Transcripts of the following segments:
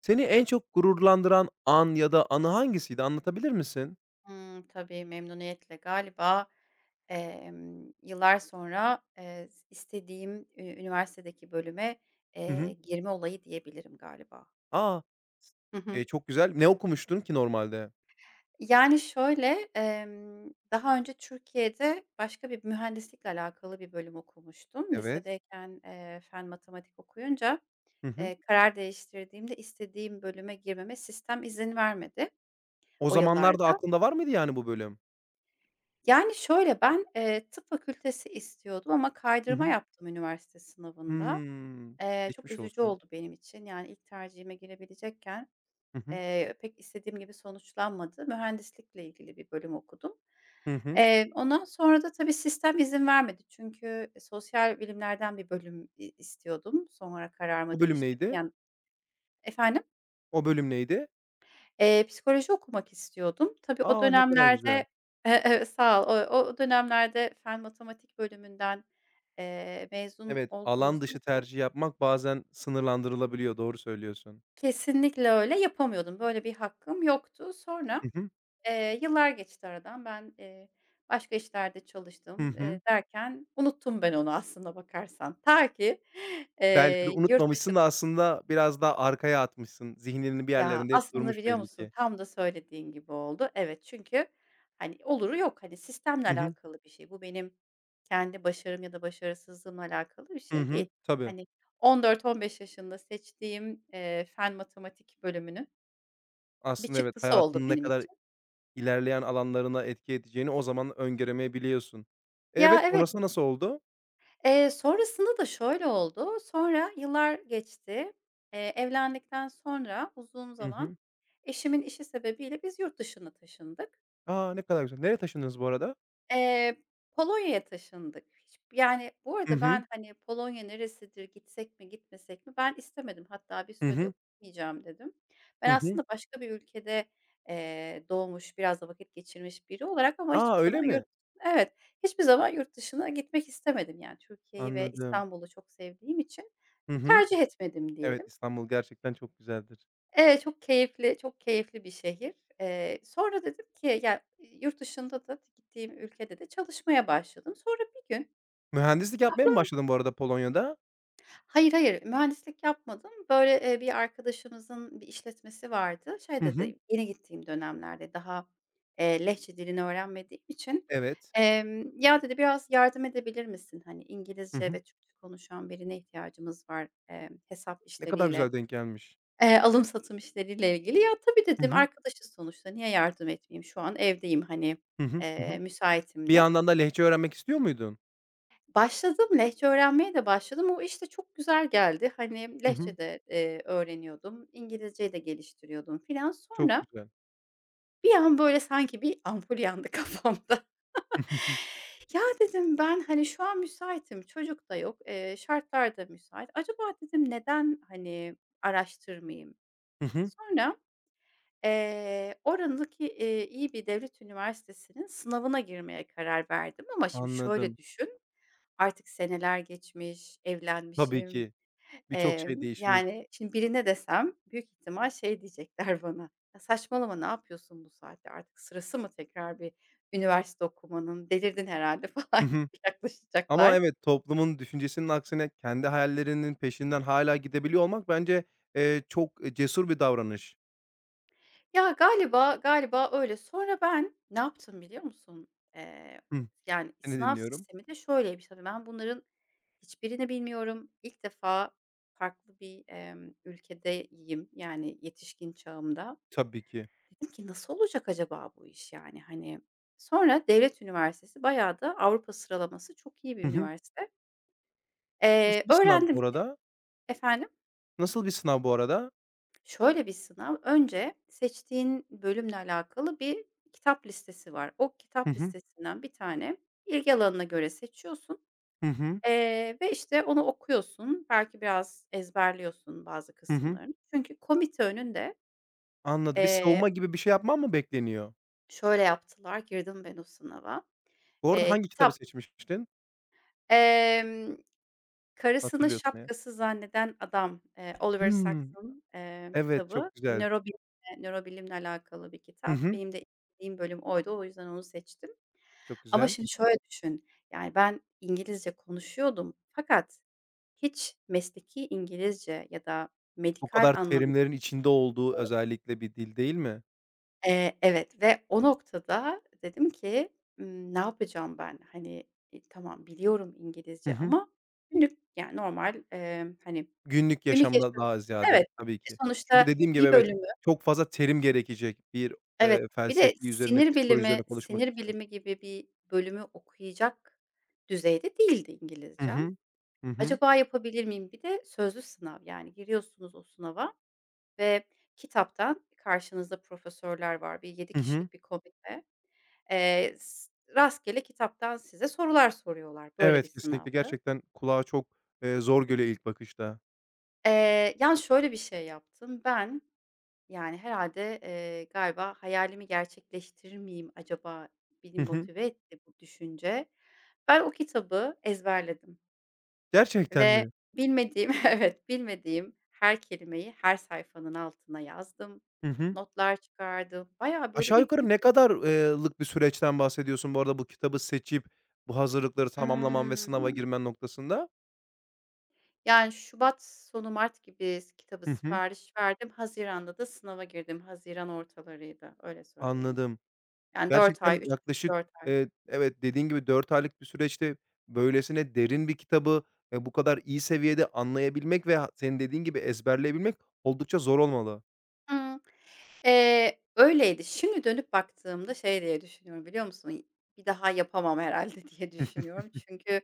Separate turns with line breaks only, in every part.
Seni en çok gururlandıran an ya da anı hangisiydi? Anlatabilir misin?
Tabii, memnuniyetle. Galiba, yıllar sonra, s istediğim, üniversitedeki bölüme,
Hı hı.
girme olayı diyebilirim galiba.
A!
Hı hı.
Çok güzel. Ne okumuştun ki normalde?
Yani, şöyle, daha önce Türkiye'de başka bir mühendislikle alakalı bir bölüm okumuştum.
Evet.
Lisedeyken, fen matematik okuyunca,
Hı hı.
karar değiştirdiğimde istediğim bölüme girmeme sistem izin vermedi
O
o
zamanlarda
yıllarda.
aklında var mıydı yani bu bölüm?
Yani, şöyle, ben, tıp fakültesi istiyordum ama
Hı
kaydırma
hı.
yaptım üniversite sınavında.
Hımm.
Çok
Geçmiş
üzücü
olsun.
oldu benim için. Yani, ilk tercihime girebilecekken,
Hı hı.
pek istediğim gibi sonuçlanmadı. Mühendislikle ilgili bir bölüm okudum.
Hı hı.
Ondan sonra da tabii sistem izin vermedi. Çünkü sosyal bilimlerden bir bölüm istiyordum. Sonra kararımı
O bölüm
değiştirdim.
neydi?
Yani. Efendim?
O bölüm neydi?
Psikoloji okumak istiyordum. Tabii o
A! Ne kadar güzel.
dönemlerde Evet, sağ ol. O dönemlerde fen matematik bölümünden, mezun
Evet, alan
olduğunuzda
dışı
bu.
tercih yapmak bazen sınırlandırılabiliyor, doğru söylüyorsun.
Kesinlikle öyle. Yapamıyordum. Böyle bir hakkım yoktu. Sonra,
Hı hı.
yıllar geçti aradan. Ben, başka işlerde
Hı
çalıştım,
hı.
derken unuttum ben onu aslına bakarsan. Ta ki,
Belki de
yurt dışı.
unutmamışsın da aslında biraz daha arkaya atmışsın. Zihninin bir
Ya,
yerlerinde hep
aslında
durmuş
biliyor
belli
musun,
ki.
tam da söylediğin gibi oldu. Evet, çünkü, hani, oluru yok. Hani, sistemle
Hı hı.
alakalı bir şey. Bu benim kendi başarım ya da başarısızlığımla alakalı bir
Hı
şey
hı.
değil.
Tabii.
Hani, 14-15 yaşında seçtiğim, fen matematik bölümünün bir
Aslında evet,
çıktısı oldu
hayatının ne
benim
kadar
için.
ilerleyen alanlarına etki edeceğini o zaman öngöremeyebiliyorsun.
Ya,
Evet,
evet.
sonrası nasıl oldu?
Sonrasında da şöyle oldu. Sonra yıllar geçti. Evlendikten sonra uzun
Hı
zaman
hı.
eşimin işi sebebiyle biz yurt dışına taşındık.
A, ne kadar güzel. Nereye taşındınız bu arada?
Eee, Polonya'ya taşındık. Hiç yani, bu
Hı
arada
hı.
ben, hani, Polonya neresidir, gitsek mi gitmesek mi? Ben istemedim. Hatta bir
Hı
süre de
hı.
gitmeyeceğim." dedim. Ben
Hı hı.
aslında başka bir ülkede, doğmuş, biraz da vakit geçirmiş biri olarak ama
A,
hiçbir zaman
öyle
yurt.
mi?
Evet, hiçbir zaman yurt dışına gitmek istemedim. Yani, Türkiye'yi ve
Anladım.
İstanbul'u çok sevdiğim için
Hı hı.
tercih etmedim
Evet,
diyelim.
İstanbul gerçekten çok güzeldir.
Evet, çok keyifli, çok keyifli bir şehir. Sonra dedim ki ya, yurt dışında da gittiğim ülkede de çalışmaya başladım. Sonra bir gün.
Mühendislik yapmaya mı başladın bu arada Polonya'da?
Hayır, hayır, mühendislik yapmadım. Böyle, bir arkadaşımızın bir işletmesi vardı. Şey
Hı hı.
dedi, yeni gittiğim dönemlerde daha, Lehçe dilini öğrenmediğim için,
Evet.
"Ya" dedi, "Biraz yardım edebilir misin? Hani,
Hı
İngilizce
hı.
ve Türkçe konuşan birine ihtiyacımız var, hesap
Ne kadar
işleriyle.
güzel denk gelmiş.
Alım satım işleriyle ilgili. "Ya, tabii."
Hı
dedim,
hı.
"Arkadaşız sonuçta, niye yardım etmeyeyim? Şu an evdeyim, hani,
Hı hı. Hı hı.
müsaitim
Bir
de."
yandan da lehçe öğrenmek istiyor muydun?
Başladım, Lehçe öğrenmeye de başladım. O iş de çok güzel geldi. Hani,
Hı
Lehçe
hı.
de, öğreniyordum, İngilizceyi de geliştiriyordum filan.
Çok
Sonra
güzel.
bir an böyle sanki bir ampul yandı kafamda.
Hı hı.
"Ya," dedim, "ben, hani, şu an müsaitim, çocuk da yok, şartlar da müsait. Acaba" dedim, "neden, hani, araştırmayayım?"
Hı hı.
Sonra. Oradaki, iyi bir devlet üniversitesinin sınavına girmeye karar verdim ama şimdi şöyle
Anladım.
düşün, artık seneler geçmiş,
Tabii
evlenmişim.
ki. Birçok şey değişmiş.
Yani, şimdi birine desem büyük ihtimal şey diyecekler bana, "Ya, saçmalama, ne yapıyorsun bu saatte? Artık sırası mı tekrar bir üniversite okumanın? Delirdin herhâlde." falan
Hı hı.
gibi
Ama
yaklaşacaklar.
evet, toplumun düşüncesinin aksine kendi hayallerinin peşinden hâlâ gidebiliyor olmak bence, çok, cesur bir davranış.
Ya, galiba, galiba öyle. Sonra ben ne yaptım biliyor musun? Eee,
Hıh,
Yani,
seni
sınav
dinliyorum.
sistemi de şöyleymiş tabii, ben bunların hiçbirini bilmiyorum. İlk defa farklı bir, ülkedeyim, yani, yetişkin çağımda.
Tabii ki.
Dedim ki nasıl olacak acaba bu iş, yani, hani? Sonra devlet üniversitesi, bayağı da Avrupa sıralaması çok iyi bir
Hı hı.
üniversite.
Nasıl bir sınav
Öğrendim
bu
ki.
arada?
Efendim?
Nasıl bir sınav bu arada?
Şöyle bir sınav, önce seçtiğin bölümle alakalı bir kitap listesi var. O
Hı
kitap
hı.
listesinden bir tane ilgi alanına göre seçiyorsun,
Hı hı.
ve işte onu okuyorsun. Belki biraz ezberliyorsun bazı
Hı hı.
kısımlarını. Çünkü komite önünde,
Anladım. Bir
eee,
savunma gibi bir şey yapman mı bekleniyor?
şöyle yaptılar, girdim ben o sınava.
Bu arada hangi kitabı
Kitap,
seçmiştin?
Karısını
Hatırlıyorsan eğer.
şapkası zanneden adam, Oliver
Hımm.
Sacks'ın,
Evet,
kitabı.
çok güzel.
Nörobilimle alakalı bir
Hı
kitap.
hı.
Benim de istediğim bölüm oydu. O yüzden onu seçtim.
Çok
Ama
güzel.
şimdi şöyle düşün, yani, ben İngilizce konuşuyordum fakat hiç mesleki İngilizce ya da
Bu
medikal
kadar
anlamda
terimlerin içinde olduğu
diyorum.
özellikle bir dil değil mi?
Evet ve o noktada dedim ki, ne yapacağım ben? Hani, tamam biliyorum
Hı
İngilizce
hı.
ama günlük, yani, normal, hani.
Günlük
Günlük
yaşamda
yaşamı.
daha
Evet.
ziyade tabii
E,
ki.
sonuçta
Çünkü dediğim gibi
bir
evet,
bölümü.
çok fazla terim gerekecek bir,
Evet. Bir de
felsefi üzerine,
sinir
psikoloji
bilimi
üzerine konuşmak
sinir
için.
bilimi gibi bir bölümü okuyacak düzeyde değildi
Hı
İngilizcem.
hı. Hı hı.
Acaba yapabilir miyim? Bir de sözlü sınav, yani giriyorsunuz o sınava ve kitaptan karşınızda profesörler var. Bir yedi
Hı hı.
kişilik bir komite. S rastgele kitaptan size sorular soruyorlar. Böyle bir
Evet, kesinlikle
sınavdı.
gerçekten kulağa çok, zor geliyor ilk bakışta.
Yani şöyle bir şey yaptım. Ben. Yani, herhâlde, galiba "Hayalimi gerçekleştirir miyim acaba?" beni
Hı hı.
motive etti bu düşünce. Ben o kitabı ezberledim
Gerçekten
ve
mi?
bilmediğim Evet, bilmediğim her kelimeyi her sayfanın altına yazdım.
Hı hı.
Notlar çıkardım. Bayağı böyle
Aşağı
bir
yukarı
büyük.
ne kadar lık bir süreçten bahsediyorsun bu arada bu kitabı seçip bu hazırlıkları tamamlaman ve sınava
Imm.
girmen noktasında?
Yani, şubat sonu mart gibi s kitabı
Hı hı.
sipariş verdim. Haziranda da sınava girdim. Haziran ortalarıydı, öyle söyleyeyim.
Anladım.
Yani, 4 ay,
Gerçekten
35
yaklaşık,
4 ay.
evet, dediğin gibi 4 aylık bir süreçte böylesine derin bir kitabı, bu kadar iyi seviyede anlayabilmek ve ha senin dediğin gibi ezberleyebilmek oldukça zor olmalı.
Hı. Öyleydi. Şimdi dönüp baktığımda şey diye düşünüyorum, biliyor musun? Bir daha yapamam herhâlde diye düşünüyorum. Çünkü,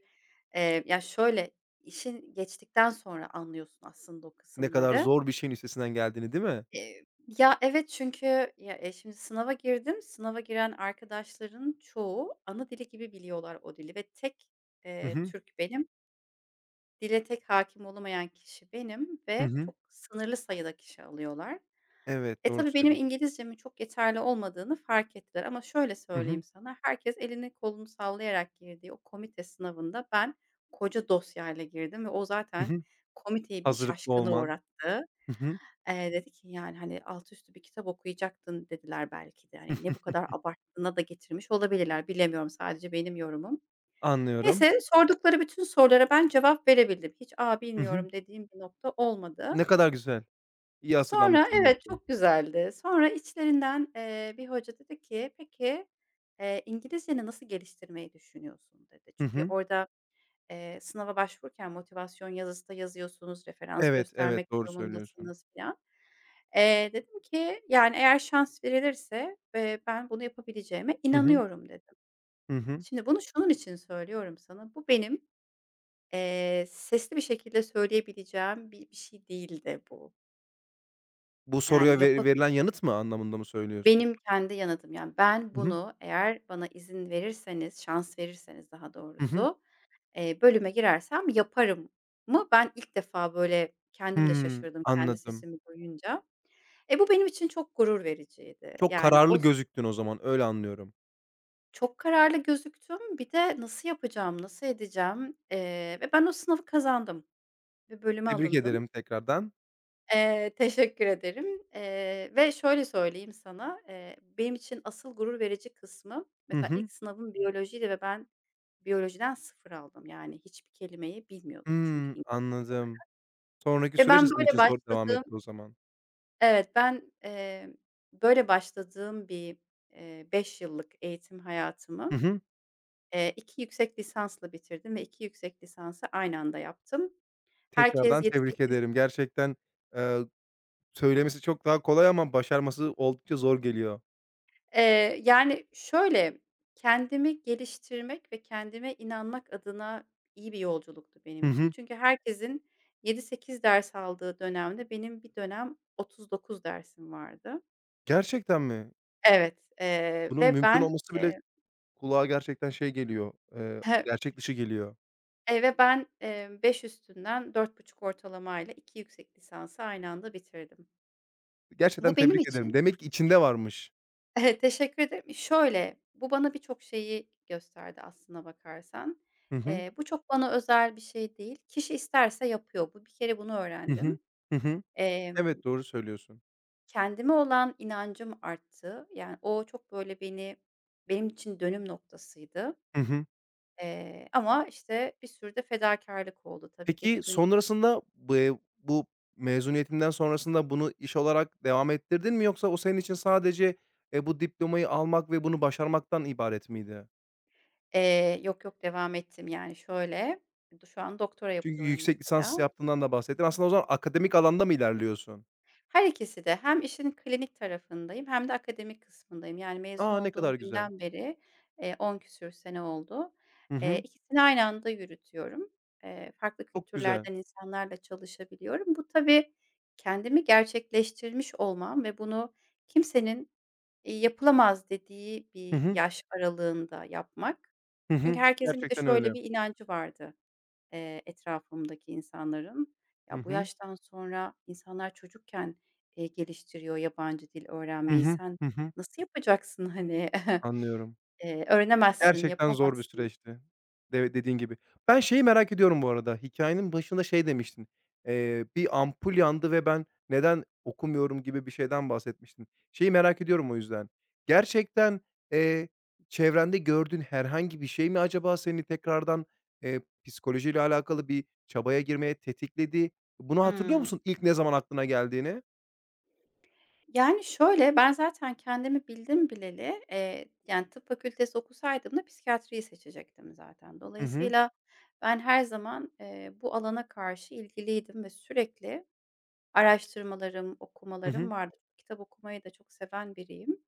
ya, şöyle, işin geçtikten sonra anlıyorsun aslında o
Ne kadar
kısımları.
zor bir şeyin üstesinden geldiğini, değil mi?
Eee, Ya, evet, çünkü ya, şimdi sınava girdim. Sınava giren arkadaşların çoğu ana dili gibi biliyorlar o dili ve tek,
Hı hı.
Türk benim. Dile tek hakim olamayan kişi benim
Hı
ve
hı.
çok sınırlı sayıda kişi alıyorlar.
Evet,
E,
doğru
tabii benim
söylüyorsun.
İngilizcemin çok yeterli olmadığını fark ettiler ama şöyle
Hı hı.
söyleyeyim sana, herkes elini kolunu sallayarak girdiği o komite sınavında ben koca dosyayla girdim ve o
Hı
zaten
hı.
komiteyi bir
Hazırlıklı
şaşkına
olman.
uğrattı.
Hı hı.
Dedi ki, yani, hani, "Altı üstü bir kitap okuyacaktın." dediler belki de. Hani, ne bu kadar abarttığına da getirmiş olabilirler, bilemiyorum, sadece benim yorumum.
Anlıyorum.
Neyse, sordukları bütün sorulara ben cevap verebildim. Hiç, "A,
Hı hı.
bilmiyorum." dediğim bir nokta olmadı.
Ne kadar güzel. İyi
Sonra.
hazırlanmışsın demek
Evet,
ki.
çok güzeldi. Sonra içlerinden, bir hoca dedi ki, "Peki, İngilizceni nasıl geliştirmeyi düşünüyorsun?" dedi.
Hı
Çünkü
hı.
orada, sınava başvururken motivasyon yazısı da yazıyorsunuz, referans
Evet,
göstermek
evet, doğru söylüyorsun.
durumundasınız filan. Dedim ki, "Yani eğer şans verilirse, ben bunu yapabileceğime
Hı hı.
inanıyorum." dedim.
Hı hı.
Şimdi bunu şunun için söylüyorum sana, bu benim. Sesli bir şekilde söyleyebileceğim bir şey değildi bu.
Bu
Yani
soruya
yapa
veri verilen yanıt mı anlamında mı söylüyorsun?
benim kendi yanıtım. Yani, ben bunu eğer bana izin verirseniz, şans verirseniz daha
Hı hı.
doğrusu, bölüme girersem yaparım mı? Ben ilk defa, böyle, kendim de
Hımm,
şaşırdım kendi
anladım.
sesimi duyunca. E, bu benim için çok gurur vericiydi.
Çok
Yani,
kararlı
o s
gözüktün o zaman, öyle anlıyorum.
Çok kararlı gözüktüm. Bir de nasıl yapacağım, nasıl edeceğim, ve ben o sınavı kazandım ve bölüme
Tebrik
alındım.
ederim tekrardan.
Teşekkür ederim, ve şöyle söyleyeyim sana, benim için asıl gurur verici kısmı,
Hı
mesela
hı.
ilk sınavım biyolojiydi ve ben biyolojiden sıfır aldım. Yani hiçbir kelimeyi bilmiyordum çünkü
Hımm,
İngilizce
anladım.
olarak
Sonraki
ve
süreç de
ben
senin
böyle
için zor devam
başladığım.
etti o zaman.
Evet, ben, böyle başladığım bir, 5 yıllık eğitim hayatımı,
Hı hı.
2 yüksek lisansla bitirdim ve 2 yüksek lisansı aynı anda yaptım. Herkes
Tekrardan
yedi
tebrik
sekiz.
ederim. Gerçekten, eee, söylemesi çok daha kolay ama başarması oldukça zor geliyor.
Yani, şöyle, kendimi geliştirmek ve kendime inanmak adına iyi bir yolculuktu benim
Hı
için.
hı.
Çünkü herkesin yedi sekiz ders aldığı dönemde benim bir dönem 39 dersim vardı.
Gerçekten mi?
Evet,
Bunun
ve
mümkün
ben,
olması bile kulağa gerçekten şey geliyor,
he
gerçek dışı geliyor.
ve ben, 5 üstünden 4,5 ortalamayla 2 yüksek lisansı aynı anda bitirdim.
Gerçekten
Bu benim
tebrik ederim.
için.
Demek ki içinde varmış.
Teşekkür ederim. Şöyle, bu bana birçok şeyi gösterdi aslına bakarsan.
Hı hı.
Bu çok bana özel bir şey değil. Kişi isterse yapıyor. Bu bir kere bunu
Hı hı.
öğrendim.
Hı hı.
Emm,
Evet, doğru söylüyorsun.
Kendime olan inancım arttı. Yani o çok böyle beni benim için dönüm noktasıydı.
Hı hı.
Ama işte bir sürü de fedakârlık oldu tabii. Gece
Peki,
gün,
sonrasında bu, bu mezuniyetinden sonrasında bunu iş olarak devam ettirdin mi yoksa o senin için sadece, bu diplomayı almak ve bunu başarmaktan ibaret miydi?
yok yok devam ettim yani şöyle, şu an doktora
Çünkü
yapıyorum
yüksek lisans
mesela.
yaptığından da bahsettin. Aslında o zaman akademik alanda mı ilerliyorsun?
Her ikisi de hem işin klinik tarafındayım hem de akademik kısmındayım. Yani mezun
A, ne
olduğum
kadar güzel.
günden beri, 10 küsur sene oldu.
Hı hı.
İkisini aynı anda yürütüyorum. Farklı
Çok güzel.
kültürlerden insanlarla çalışabiliyorum. Bu tabii kendimi gerçekleştirmiş olmam ve bunu kimsenin, yapılamaz dediği
Hı
bir
hı.
yaş aralığında yapmak.
Hı
Çünkü
hı.
herkesin bir de
Gerçekten
şöyle
öyle.
bir inancı vardı. Etrafımdaki insanların.
Hı
Ya, bu
hı.
yaştan sonra insanlar çocukken, geliştiriyor yabancı dil
Hı
öğrenmeyi.
hı.
Sen
Hı hı.
nasıl yapacaksın, hani?
Anlıyorum.
Öğrenemezsin,
Gerçekten zor bir
yapamazsın.
süreçti. De dediğin gibi. Ben şeyi merak ediyorum bu arada, hikâyenin başında şey demiştin, bir ampul yandı ve ben neden okumuyorum gibi bir şeyden bahsetmiştin. Şeyi merak ediyorum o yüzden. Gerçekten, eee, çevrende gördüğün herhangi bir şey mi acaba seni tekrardan, psikolojiyle alakalı bir çabaya girmeye tetikledi? Bunu hatırlıyor
Hımm.
musun ilk ne zaman aklına geldiğini?
Yani, şöyle, ben zaten kendimi bildim bileli, yani, tıp fakültesi okusaydım da psikiyatriyi seçecektim zaten.
Hı hı.
Dolayısıyla ben her zaman, bu alana karşı ilgiliydim ve sürekli araştırmalarım,
Hı
okumalarım
hı.
vardı. Kitap okumayı da çok seven biriyim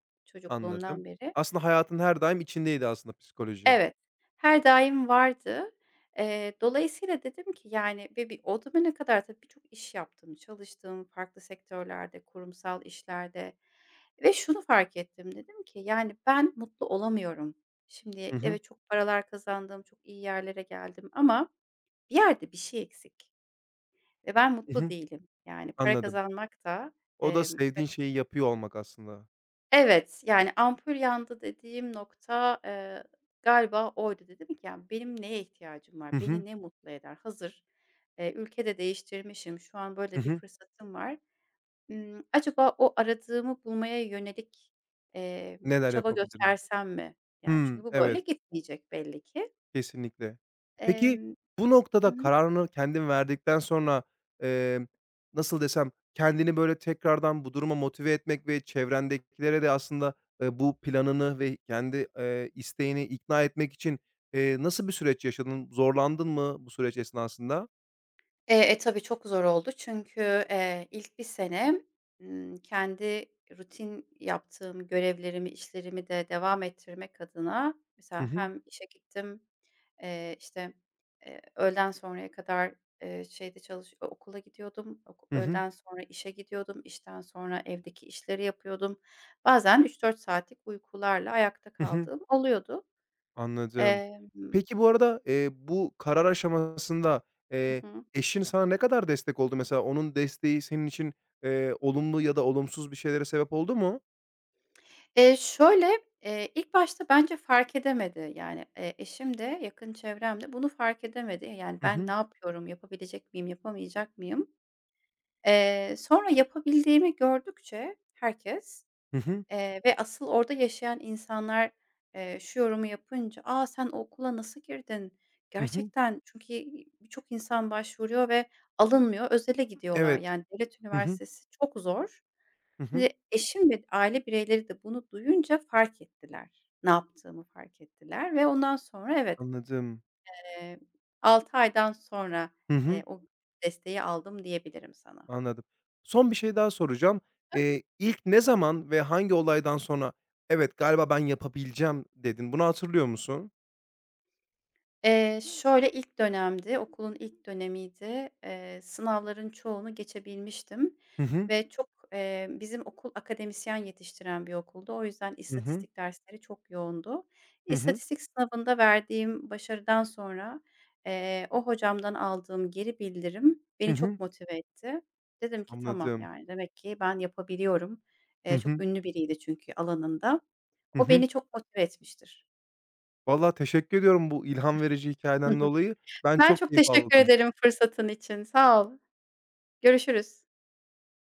Anladım.
çocukluğumdan beri.
Aslında hayatın her daim içindeydi aslında psikoloji.
Evet, her daim vardı. Dolayısıyla dedim ki, yani, ve bir o döneme kadar tabii birçok iş yaptım. Çalıştım farklı sektörlerde, kurumsal işlerde ve şunu fark ettim. Dedim ki, yani, ben mutlu olamıyorum.
Hı
Şimdi
hı.
evet, çok paralar kazandım, çok iyi yerlere geldim ama bir yerde bir şey eksik ve ben
Hı
mutlu
hı.
değilim. Yani, para
Anladım.
kazanmak da,
O da
emm
sevdiğin şeyi yapıyor olmak aslında.
evet, yani ampul yandı dediğim nokta, galiba oydu. Dedim ki, yani, benim neye ihtiyacım
Hı
var?
hı.
Beni ne mutlu eder? Hazır, ülke değiştirmişim. Şu an
Hı
böyle bir
hı.
fırsatım var. Acaba o aradığımı bulmaya yönelik, eee,
Neler
çaba
yapabilirim?
göstersem mi? Yani, çünkü
Hımm,
bu böyle
evet,
gitmeyecek belli ki.
kesinlikle. Peki,
Emm
bu noktada kararını kendin verdikten sonra, emm, nasıl desem, kendini, böyle, tekrardan bu duruma motive etmek ve çevrendekilere de aslında, bu planını ve kendi, isteğini ikna etmek için, nasıl bir süreç yaşadın? Zorlandın mı bu süreç esnasında?
Tabii çok zor oldu çünkü, ilk bir sene, kendi rutin yaptığım görevlerimi, işlerimi de devam ettirmek adına
Hı
mesela
hı.
hem işe gittim, işte, öğleden sonraya kadar, şeyde çalış o okula gidiyordum,
Hı hı.
öğleden sonra işe gidiyordum, işten sonra evdeki işleri yapıyordum. Bazen 3-4 saatlik uykularla ayakta
Hı hı.
kaldığım oluyordu.
Anladım.
Emm
Peki, bu arada, bu karar aşamasında, eee,
Hı hı.
eşin sana ne kadar destek oldu? Mesela onun desteği senin için, olumlu ya da olumsuz bir şeylere sebep oldu mu?
Şöyle, ilk başta bence fark edemedi. Yani, eşim de yakın çevrem de bunu fark edemedi. Yani,
Hı
ben ne
hı.
yapıyorum, yapabilecek miyim, yapamayacak mıyım? Sonra yapabildiğimi gördükçe herkes,
Hı hı.
ve asıl orada yaşayan insanlar, şu yorumu yapınca, "A, sen o okula nasıl girdin?
Hı hı.
Gerçekten" Çünkü, birçok insan başvuruyor ve alınmıyor, özele gidiyorlar.
Evet.
Yani, devlet
Hı hı.
üniversitesi çok zor.
Hı
Şimdi
hı.
eşim ve aile bireyleri de bunu duyunca fark ettiler. Ne yaptığımı fark ettiler ve ondan sonra evet,
Anladım.
eee, 6 aydan sonra,
Hı hı.
o desteği aldım diyebilirim sana.
Anladım. Son bir şey daha soracağım. İlk ne zaman ve hangi olaydan sonra, "Evet, galiba ben yapabileceğim." dedin? Bunu hatırlıyor musun?
Şöyle, ilk dönemdi, okulun ilk dönemiydi. Sınavların çoğunu geçebilmiştim
Hı hı.
ve çok, bizim okul akademisyen yetiştiren bir okuldu. O yüzden
Hı hı.
istatistik dersleri çok yoğundu.
Hı hı.
İstatistik sınavında verdiğim başarıdan sonra, o hocamdan aldığım geri bildirim
Hı
beni çok
hı.
motive etti. Dedim ki, "Tamam,
Anladım.
yani, demek ki ben yapabiliyorum."
Hı
Çok
hı.
ünlü biriydi çünkü alanında.
Hı
O
hı.
beni çok motive etmiştir.
Valla teşekkür ediyorum bu ilham verici hikâyeden dolayı. Ben
Ben
çok
çok
keyif
teşekkür
aldım.
ederim fırsatın için. Sağ ol. Görüşürüz.